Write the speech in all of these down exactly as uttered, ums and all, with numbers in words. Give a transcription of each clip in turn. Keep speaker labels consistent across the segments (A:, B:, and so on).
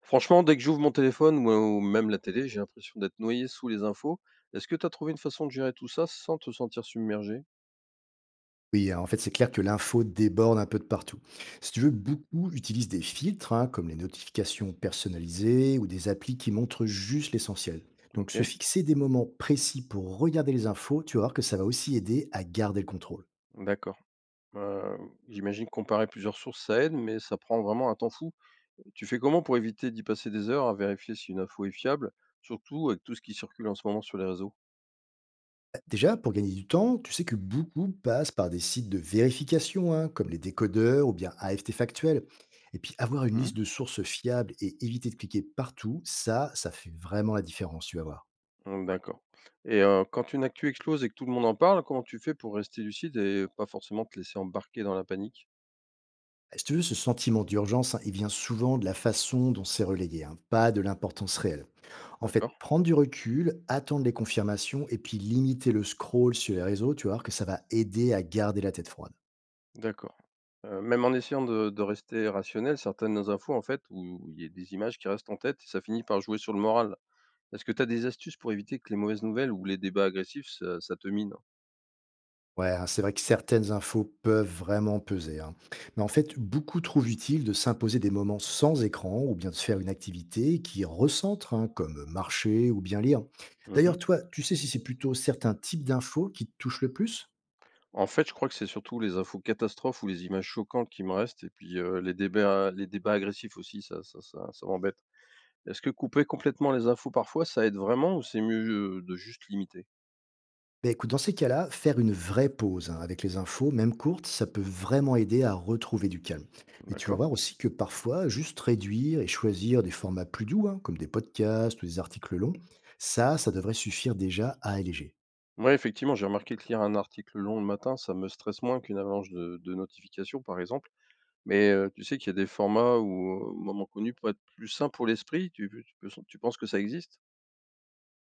A: Franchement, dès que j'ouvre mon téléphone ou ou même la télé, j'ai l'impression d'être noyé sous les infos. Est-ce que tu as trouvé une façon de gérer tout ça sans te sentir submergé?
B: Oui, en fait, c'est clair que l'info déborde un peu de partout. Si tu veux, beaucoup utilisent des filtres, hein, comme les notifications personnalisées ou des applis qui montrent juste l'essentiel. Donc,
A: OK,
B: se fixer des moments précis pour regarder les infos, tu vas voir que ça va aussi aider à garder le contrôle.
A: d'accord. Heu, J'imagine que comparer plusieurs sources, ça aide, mais ça prend vraiment un temps fou. Tu fais comment pour éviter d'y passer des heures à vérifier si une info est fiable, surtout avec tout ce qui circule en ce moment sur les réseaux?
B: Déjà, pour gagner du temps, tu sais que beaucoup passent par des sites de vérification, hein, comme les décodeurs ou bien A F T Factuel. Et puis, avoir une
A: Mmh,
B: liste de sources fiables et éviter de cliquer partout, ça, ça fait vraiment la différence, tu vas voir.
A: mmh, d'accord, et heu, quand une actu explose et que tout le monde en parle, comment tu fais pour rester lucide et pas forcément te laisser embarquer dans la panique?
B: Si tu veux, ce sentiment d'urgence, hein, il vient souvent de la façon dont c'est relayé, hein, pas de l'importance réelle. En
A: D'accord,
B: fait, prendre du recul, attendre les confirmations et puis limiter le scroll sur les réseaux, tu vas voir que ça va aider à garder la tête froide.
A: d'accord. Heu, même en essayant de de rester rationnel, certaines infos, en fait, où il y a des images qui restent en tête, ça finit par jouer sur le moral. Est-ce que tu as des astuces pour éviter que les mauvaises nouvelles ou les débats agressifs, ça ça te mine?
B: Ouais, hein, c'est vrai que certaines infos peuvent vraiment peser. hein. Mais en fait, beaucoup trouvent utile de s'imposer des moments sans écran ou bien de faire une activité qui recentre, hein, comme marcher ou bien lire.
A: Mmh.
B: D'ailleurs, toi, tu sais si c'est plutôt certains types d'infos qui te touchent le plus.
A: En fait, je crois que c'est surtout les infos catastrophes ou les images choquantes qui me restent et puis, heu, les débats les débats agressifs aussi, ça ça ça ça m'embête. Est-ce que couper complètement les infos parfois, ça aide vraiment ou c'est mieux, heu, de juste limiter?
B: Beh, écoute, dans ces cas-là, faire une vraie pause, hein, avec les infos, même courtes, ça peut vraiment aider à retrouver du calme. Mais tu vas
A: D'accord.
B: voir aussi que parfois, juste réduire et choisir des formats plus doux, hein, comme des podcasts ou des articles longs, ça, ça devrait suffire déjà à alléger.
A: Ouais, effectivement, j'ai remarqué que lire un article long le matin, ça me stresse moins qu'une avalanche de de notifications, par exemple. Mais, heu, tu sais qu'il y a des formats ou heu, moments connus pour être plus sains pour l'esprit, tu tu penses tu penses que ça existe?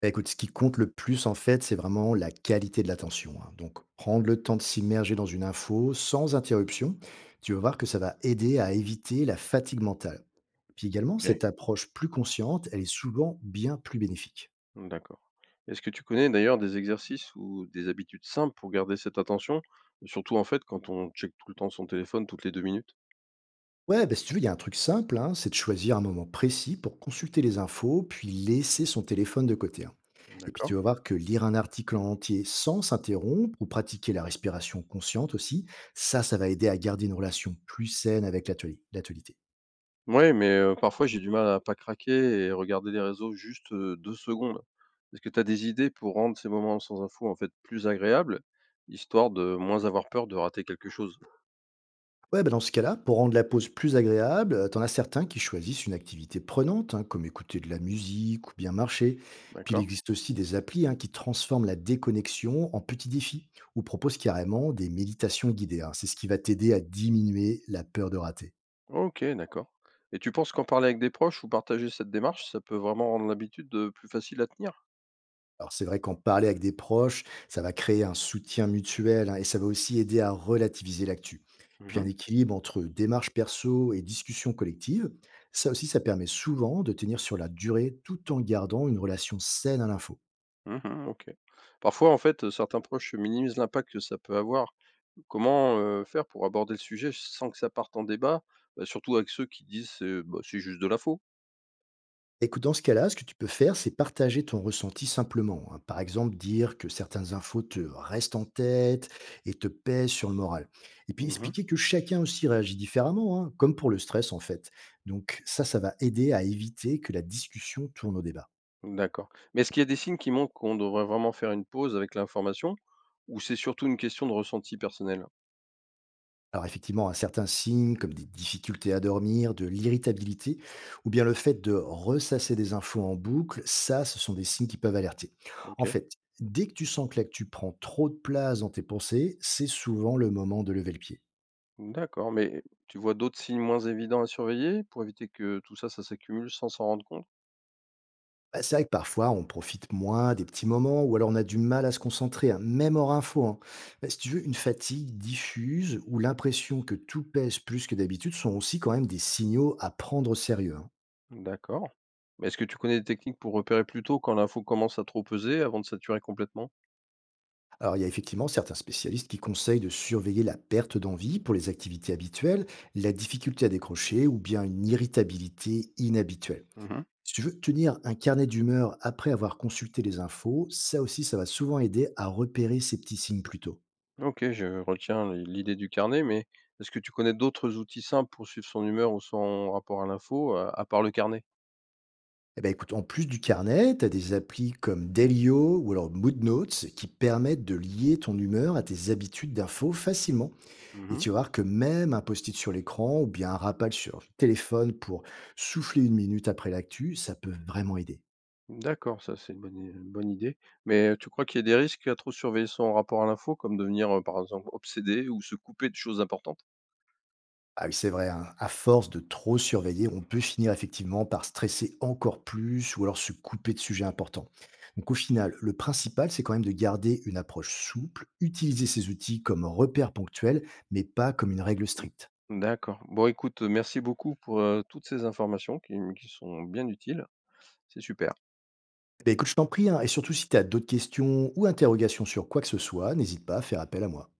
B: Bah, écoute, ce qui compte le plus, en fait, c'est vraiment la qualité de l'attention. hein. Donc, prendre le temps de s'immerger dans une info sans interruption, tu vas voir que ça va aider à éviter la fatigue mentale. Puis également,
A: OK,
B: cette approche plus consciente, elle est souvent bien plus bénéfique.
A: d'accord. Est-ce que tu connais d'ailleurs des exercices ou des habitudes simples pour garder cette attention? Surtout, en fait, quand on check tout le temps son téléphone toutes les deux minutes.
B: Ouais, bah, si tu veux, il y a un truc simple, hein, c'est de choisir un moment précis pour consulter les infos, puis laisser son téléphone de côté. hein. Et puis tu
A: D'accord.
B: vas voir que lire un article en entier sans s'interrompre ou pratiquer la respiration consciente aussi, ça, ça va aider à garder une relation plus saine avec l'atelier- l'actualité.
A: Ouais, mais, heu, parfois j'ai du mal à pas craquer et regarder les réseaux juste, heu, deux secondes. Est-ce que tu as des idées pour rendre ces moments sans info, en fait, plus agréables, histoire de moins avoir peur de rater quelque chose?
B: Ouais, bah, dans ce cas-là, pour rendre la pause plus agréable, euh, t'en as certains qui choisissent une activité prenante, hein, comme écouter de la musique ou bien marcher. Puis il
A: D'accord.
B: existe aussi des applis, hein, qui transforment la déconnexion en petits défis ou proposent carrément des méditations guidées. hein. C'est ce qui va t'aider à diminuer la peur de rater.
A: OK, d'accord. Et tu penses qu'en parler avec des proches ou partager cette démarche, ça peut vraiment rendre l'habitude, heu, plus facile à tenir?
B: Alors c'est vrai qu'en parler avec des proches, ça va créer un soutien mutuel, hein, et ça va aussi aider à relativiser l'actu. Puis un
A: Mhm,
B: équilibre entre démarche perso et discussion collective, ça aussi ça permet souvent de tenir sur la durée tout en gardant une relation saine à l'info.
A: mh, mmh. OK. Parfois, en fait, heu, certains proches minimisent l'impact que ça peut avoir. Comment, heu, faire pour aborder le sujet sans que ça parte en débat? Bah, surtout avec ceux qui disent: «Heu, bah, c'est juste de la.
B: Écoute, dans ce cas-là, ce que tu peux faire, c'est partager ton ressenti simplement. hein. Par exemple, dire que certaines infos te restent en tête et te pèsent sur le moral. Et puis
A: Mmh, mhm.
B: expliquer que chacun aussi réagit différemment, hein, comme pour le stress en fait. Donc ça, ça va aider à éviter que la discussion tourne au débat.
A: D'accord. Mais est-ce qu'il y a des signes qui montrent qu'on devrait vraiment faire une pause avec l'information ou c'est surtout une question de ressenti personnel?
B: Alors effectivement, un certain signe comme des difficultés à dormir, de l'irritabilité, ou bien le fait de ressasser des infos en boucle, ça, ce sont des signes qui peuvent alerter. En
A: OK.
B: fait, dès que tu sens que l'actu prend trop de place dans tes pensées, c'est souvent le moment de lever le pied.
A: D'accord, mais tu vois d'autres signes moins évidents à surveiller pour éviter que tout ça, ça s'accumule sans s'en rendre compte?
B: Bah, c'est vrai que parfois on profite moins des petits moments ou alors on a du mal à se concentrer, hein, même hors info. hein. Bah, si tu veux, une fatigue diffuse ou l'impression que tout pèse plus que d'habitude sont aussi quand même des signaux à prendre au sérieux. hein.
A: D'accord. Mais est-ce que tu connais des techniques pour repérer plus tôt quand l'info commence à trop peser avant de saturer complètement?
B: Alors, il y a effectivement certains spécialistes qui conseillent de surveiller la perte d'envie pour les activités habituelles, la difficulté à décrocher ou bien une irritabilité inhabituelle.
A: Mhm.
B: Si tu veux tenir un carnet d'humeur après avoir consulté les infos, ça aussi, ça va souvent aider à repérer ces petits signes plus tôt.
A: Ok, je retiens l- l'idée du carnet, mais est-ce que tu connais d'autres outils simples pour suivre son humeur ou son rapport à l'info, euh, à part le carnet?
B: Eh ben, écoute, en plus du carnet, tu as des applis comme Delio ou alors Mood Notes qui permettent de lier ton humeur à tes habitudes d'infos facilement. Et
A: Mhm.
B: tu vas voir que même un post-it sur l'écran ou bien un rappel sur le téléphone pour souffler une minute après l'actu, ça peut vraiment aider.
A: D'accord, ça c'est une bonne, i- une bonne idée. Mais tu crois qu'il y a des risques à trop surveiller son rapport à l'info, comme devenir euh, par exemple obsédé ou se couper de choses importantes?
B: Ah oui, c'est vrai, hein, à force de trop surveiller, on peut finir effectivement par stresser encore plus ou alors se couper de sujets importants. Donc au final, le principal, c'est quand même de garder une approche souple, utiliser ces outils comme repère ponctuel, mais pas comme une règle stricte.
A: Mmh. D'accord. Bon, écoute, merci beaucoup pour, heu, toutes ces informations qui qui sont bien utiles. C'est super.
B: Ben écoute, je t'en prie, hein, et surtout si tu as d'autres questions ou interrogations sur quoi que ce soit, n'hésite pas à faire appel à moi.